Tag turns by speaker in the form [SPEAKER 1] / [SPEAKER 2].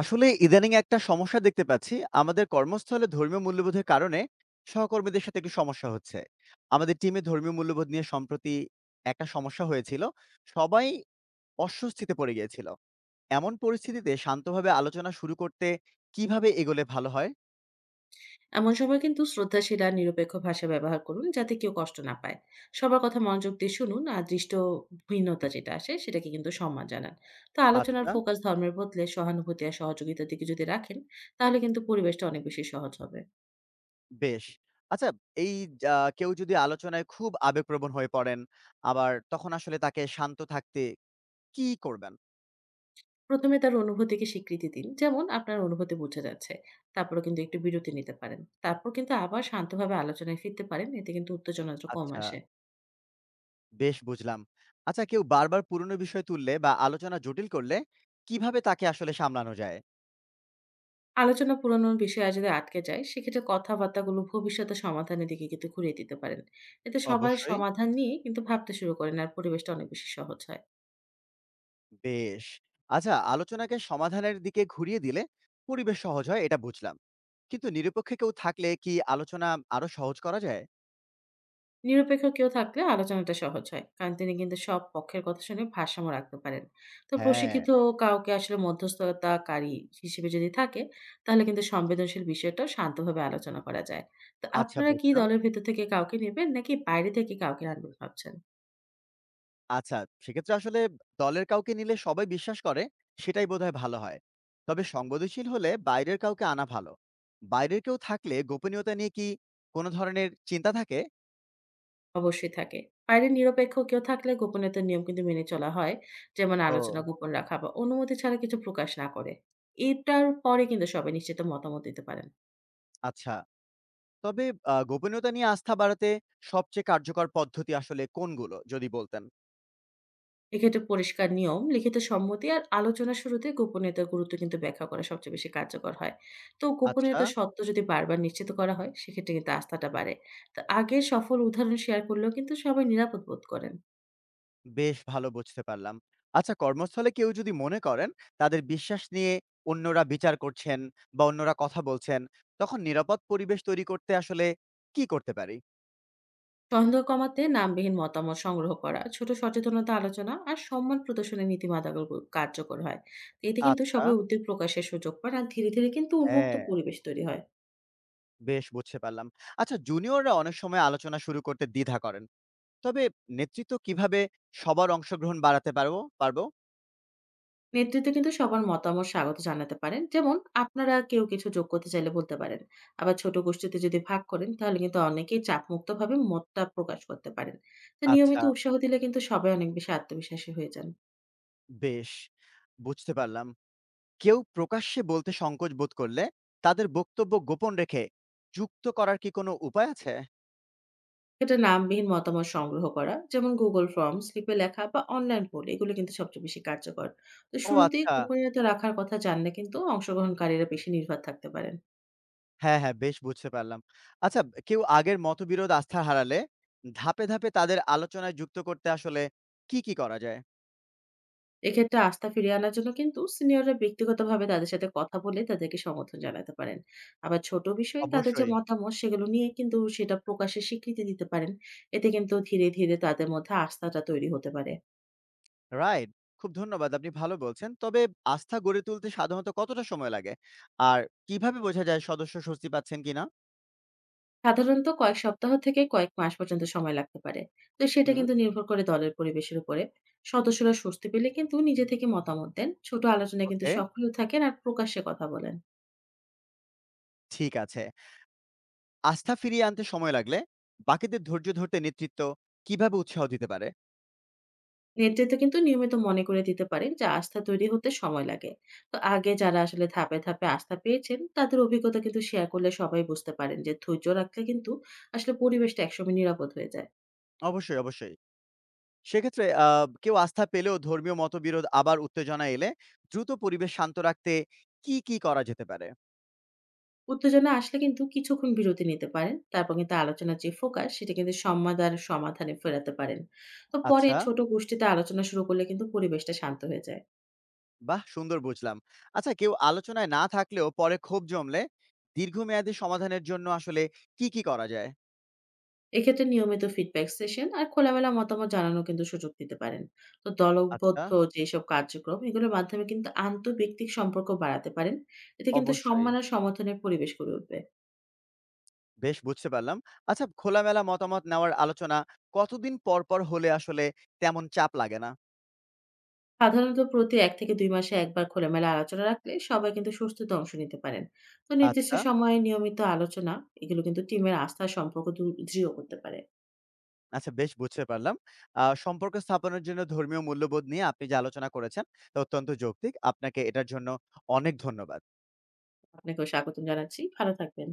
[SPEAKER 1] আসলে ইদানিং একটা সমস্যা দেখতে পাচ্ছি। আমাদের কর্মস্থলে ধর্মীয় মূল্যবোধের কারণে সহকর্মীদের সাথে একটু সমস্যা হচ্ছে। আমাদের টিমে ধর্মীয় মূল্যবোধ নিয়ে সম্প্রতি একটা সমস্যা হয়েছিল। সবাই অস্বস্তিতে পড়ে গিয়েছিল। এমন পরিস্থিতিতে শান্তভাবে আলোচনা শুরু করতে কিভাবে এগোলে ভালো হয়?
[SPEAKER 2] এমন সময় কিন্তু শ্রদ্ধাশীল আর নিরপেক্ষ ভাষা ব্যবহার করুন যাতে কেউ কষ্ট না পায়। সবার কথা মনোযোগ দিয়ে শুনুন আর দৃষ্ট ভিন্নতা যেটা আসে সেটাকে কিন্তু সম্মান জানান। তো আলোচনার
[SPEAKER 1] আচ্ছা,
[SPEAKER 2] ফোকাস ধর্মের বদলে সহানুভূতি আর সহযোগিতার দিকে যদি রাখেন তাহলে কিন্তু পরিবেশটা অনেক বেশি সহজ হবে।
[SPEAKER 1] বেশ। আচ্ছা, এই যা কেউ যদি আলোচনায় খুব আবেগপ্রবণ হয়ে পড়েন, আবার তখন আসলে তাকে শান্ত থাকতে কি করবেন?
[SPEAKER 2] প্রথমে তার অনুভূতিকে স্বীকৃতি দিন, যেমন আপনার অনুভূতি বোঝা যাচ্ছে। তারপরে কিন্তু একটু বিরতি নিতে পারেন। তারপর কিন্তু আবার শান্তভাবে আলোচনায় ফিরতে পারেন, এতে কিন্তু উত্তেজনাটা কম
[SPEAKER 1] আচ্ছা।
[SPEAKER 2] আসে।
[SPEAKER 1] বেশ বুঝলাম। আচ্ছা কেউ বারবার পুরনো বিষয় তুললে বা আলোচনা জটিল করলে কিভাবে তাকে আসলে সামলানো যায়?
[SPEAKER 2] আলোচনা পুরোনো বিষয় আর যদি আটকে যায়, সেক্ষেত্রে কথাবার্তাগুলো ভবিষ্যতে সমাধানের দিকে কিন্তু ঘুরিয়ে দিতে পারেন। এতে সবাই
[SPEAKER 1] অবশ্যই,
[SPEAKER 2] সমাধান নিয়ে কিন্তু ভাবতে শুরু করেন আর পরিবেশটা অনেক বেশি সহজ হয়।
[SPEAKER 1] বেশ। আচ্ছা আলোচনাকে সমাধানের দিকে ঘুরিয়ে দিলে পরিবেশ সহজ হয় এটা বুঝলাম। কিন্তু নিরপেক্ষ কেউ থাকলে কি আলোচনা আরো সহজ করা যায়?
[SPEAKER 2] নিরপেক্ষ কেউ থাকলে আলোচনাটা সহজ হয়। কারণ তিনি কিন্তু সব পক্ষের কথা শুনে ভারসাম্য রাখতে পারেন। তো
[SPEAKER 1] হ্যাঁ,
[SPEAKER 2] প্রশিক্ষিত কাউকে আসলে মধ্যস্থতাকারী হিসেবে যদি থাকে, তাহলে কিন্তু সংবেদনশীল বিষয়টা শান্তভাবে আলোচনা করা যায়। তো
[SPEAKER 1] আচ্ছা
[SPEAKER 2] আপনারা কি
[SPEAKER 1] বুঝলাম।
[SPEAKER 2] দলের ভেতর থেকে কাউকে নেবেন নাকি বাইরে থেকে কাউকে আনবেন ভাবছেন?
[SPEAKER 1] আচ্ছা সেক্ষেত্রে আসলে দলের কাউকে নিলে সবাই বিশ্বাস করে সেটাই বোধহয় ভালো হয়। তবে সংবেদনশীল হলে বাইরের কাউকে আনা ভালো। বাইরের কেউ থাকলে গোপনীয়তা নিয়ে কি কোনো ধরনের চিন্তা থাকে?
[SPEAKER 2] অবশ্যই থাকে। বাইরে নিরপেক্ষ কেউ থাকলে গোপনীয়তার নিয়ম কিন্তু মেনে চলা হয়। যেমন আলোচনা
[SPEAKER 1] ও
[SPEAKER 2] গোপন রাখা বা অনুমতি ছাড়া কিছু প্রকাশ না করে। এটার পরে কিন্তু সবাই নিশ্চিত মতামত দিতে পারেন।
[SPEAKER 1] আচ্ছা। তবে গোপনীয়তা নিয়ে আস্থা বাড়াতে সবচেয়ে কার্যকর পদ্ধতি আসলে কোনগুলো? যদি বলতেন।
[SPEAKER 2] এক্ষেত্রে পরিষ্কার নিয়ম, লিখিত সম্মতি আর আলোচনার শুরুতে গোপনীয়তার গুরুত্ব কিন্তু ব্যাখ্যা করা সবচেয়ে বেশি কার্যকর হয়। তো
[SPEAKER 1] আচ্ছা,
[SPEAKER 2] গোপনীয়তার সত্ত্ব যদি বারবার নিশ্চিত করা হয়, সেক্ষেত্রে কিন্তু আস্থাটা বাড়ে। তো আগের সফল উদাহরণ শেয়ার করলেও কিন্তু সবাই নিরাপদ বোধ করেন।
[SPEAKER 1] বেশ ভালো বুঝতে পারলাম। আচ্ছা, কর্মস্থলে কেউ যদি মনে করেন তাদের বিশ্বাস নিয়ে অন্যরা বিচার করছেন বা অন্যরা কথা বলছেন, তখন নিরাপদ পরিবেশ তৈরি করতে আসলে কি করতে পারি?
[SPEAKER 2] সন্দেহ কমাতে নামবিহীন মতামত সংগ্রহ করা, ছোট সচেতনতা আলোচনা আর সম্মান প্রদর্শনের নীতিমালাগুলো কার্যকর হয়। তো এতে কিন্তু
[SPEAKER 1] আচ্ছা,
[SPEAKER 2] সবাই উদ্যোগ প্রকাশের সুযোগ পান আর ধীরে ধীরে কিন্তু উন্মুক্ত
[SPEAKER 1] হ্যাঁ,
[SPEAKER 2] পরিবেশ তৈরি হয়।
[SPEAKER 1] বেশ বুঝতে পারলাম। আচ্ছা, জুনিয়ররা অনেক সময় আলোচনা শুরু করতে দ্বিধা করেন। তবে নেতৃত্ব কিভাবে সবার অংশগ্রহণ বাড়াতে পারবো পারবো?
[SPEAKER 2] নেতৃত্বে কিন্তু সবার মতামত স্বাগত জানাতে পারেন। যেমন আপনারা কেউ কিছু যোগ করতে চাইলে বলতে পারেন। আবার ছোট গোষ্ঠীতে যদি ভাগ করেন তাহলে কিন্তু অনেকেই চাপমুক্তভাবে মতটা প্রকাশ করতে পারেন। তো
[SPEAKER 1] আচ্ছা।
[SPEAKER 2] নিয়মিত উৎসাহ দিলে কিন্তু সবাই অনেক বেশি আত্মবিশ্বাসী হয়ে যান।
[SPEAKER 1] বেশ, বুঝতে পারলাম। কেউ প্রকাশ্যে বলতে সংকোচ বোধ করলে তাদের বক্তব্য গোপন রেখে যুক্ত করার কি কোনো উপায় আছে?
[SPEAKER 2] এটা নামবিহীন মতামত সংগ্রহ করা, যেমন গুগল ফর্ম, স্লিপে লেখা বা অনলাইন পোল, এগুলো কিন্তু সবচেয়ে বেশি কার্যকর। তো
[SPEAKER 1] ও
[SPEAKER 2] শুরুতেই
[SPEAKER 1] আচ্ছা।
[SPEAKER 2] গোপনীয়তা রাখার কথা জানলে কিন্তু অংশগ্রহণকারীরা বেশি নির্ভর থাকতে পারেন।
[SPEAKER 1] হ্যাঁ, হ্যাঁ, বেশ বুঝতে পারলাম। আচ্ছা, কেউ আগের মতবিরোধ আস্থা হারালে ধাপে, ধাপে তাদের আলোচনায় যুক্ত করতে আসলে কি, কি করা যায়?
[SPEAKER 2] এক্ষেত্রে আস্থা ফিরিয়ে আনার জন্য কিন্তু সিনিয়ররা ব্যক্তিগতভাবে তাদের সাথে কথা বলে তাদেরকে সমর্থন জানাতে পারেন। আবার ছোট বিষয়ে তাদের যে
[SPEAKER 1] অবশ্যই।
[SPEAKER 2] মতামত সেগুলো নিয়ে কিন্তু সেটা প্রকাশের স্বীকৃতি দিতে পারেন। এতে কিন্তু ধীরে, ধীরে তাদের মধ্যে আস্থাটা তৈরি হতে পারে।
[SPEAKER 1] রাইট। খুব ধন্যবাদ। আপনি ভালো বলছেন। তবে আস্থা গড়ে তুলতে সাধারণত কতটা সময় লাগে? আর কিভাবে বোঝা যায় সদস্য স্বস্তি পাচ্ছেন কিনা?
[SPEAKER 2] সাধারণত কয়েক সপ্তাহ থেকে কয়েক মাস পর্যন্ত সময় লাগতে পারে। তো সেটা
[SPEAKER 1] হুম,
[SPEAKER 2] কিন্তু নির্ভর করে দলের পরিবেশের উপরে। সদস্যরা স্বস্তি পেলে কিন্তু নিজে থেকে মতামত দেন। ছোট আলোচনায় কিন্তু
[SPEAKER 1] ওকে,
[SPEAKER 2] সক্রিয় থাকেন আর প্রকাশ্যে কথা বলেন।
[SPEAKER 1] ঠিক আছে। আস্থা ফিরিয়ে আনতে সময় লাগলে বাকিদের ধৈর্য ধরতে নেতৃত্ব কিভাবে উৎসাহ দিতে পারে?
[SPEAKER 2] নেতৃত্ব কিন্তু নিয়মিত মনে করে দিতে পারেন যে আস্থা তৈরি হতে সময় লাগে। তো আগে যারা আসলে ধাপে, ধাপে আস্থা পেয়েছেন তাদের অভিজ্ঞতা কিন্তু শেয়ার করলে সবাই বুঝতে পারেন যে ধৈর্য রাখলে কিন্তু আসলে পরিবেশটা একসময় নিরাপদ হয়ে যায়।
[SPEAKER 1] অবশ্যই, অবশ্যই। সেক্ষেত্রে কেউ আস্থা পেলেও ধর্মীয় মতবিরোধ আবার উত্তেজনা এলে দ্রুত পরিবেশ শান্ত রাখতে কি, কি করা যেতে পারে?
[SPEAKER 2] উত্তেজনা আসলে কিন্তু কিছুক্ষণ বিরতি নিতে পারেন। তারপর কিন্তু আলোচনার যে ফোকাস, সেটা কিন্তু সম্মাদ আর সমাধানে ফেরাতে পারেন। তো পরে
[SPEAKER 1] আচ্ছা।
[SPEAKER 2] ছোট গোষ্ঠীতে আলোচনা শুরু করলে কিন্তু পরিবেশটা শান্ত হয়ে যায়।
[SPEAKER 1] বাহ! সুন্দর বুঝলাম। আচ্ছা কেউ আলোচনায় না থাকলেও পরে ক্ষোভ জমলে দীর্ঘমেয়াদী সমাধানের জন্য আসলে কি, কি করা যায়?
[SPEAKER 2] এক্ষেত্রে নিয়মিত ফিডব্যাক সেশন আর খোলামেলা মতামত জানানোর কিন্তু সুযোগ দিতে পারেন। তো
[SPEAKER 1] আচ্ছা।
[SPEAKER 2] দলবদ্ধ যেসব কার্যক্রম, এগুলোর মাধ্যমে কিন্তু আন্তঃব্যক্তিক সম্পর্ক বাড়াতে পারেন। এতে কিন্তু
[SPEAKER 1] অবশ্যই।
[SPEAKER 2] সম্মান আর সমর্থনের পরিবেশ গড়ে উঠবে।
[SPEAKER 1] বেশ বুঝতে পারলাম। আচ্ছা খোলামেলা মতামত নেওয়ার আলোচনা কতদিন পর, পর হলে আসলে তেমন চাপ লাগে না?
[SPEAKER 2] সাধারণত প্রতি ১ থেকে ২ মাসে একবার খোলামেলা আলোচনা রাখলে সবাই কিন্তু স্বস্তিতে অংশ নিতে পারেন। তো নির্দিষ্ট
[SPEAKER 1] আচ্ছা।
[SPEAKER 2] সময়ে নিয়মিত আলোচনা, এগুলো কিন্তু টিমের আস্থার সম্পর্ক দৃঢ় করতে পারে।
[SPEAKER 1] আচ্ছা বেশ বুঝতে পারলাম। সম্পর্ক স্থাপনের জন্য ধর্মীয় মূল্যবোধ নিয়ে আপনি যে আলোচনা করেছেন, তা অত্যন্ত যৌক্তিক। আপনাকে এটার জন্য অনেক ধন্যবাদ।
[SPEAKER 2] আপনাকেও স্বাগতম জানাচ্ছি। ভালো থাকবেন।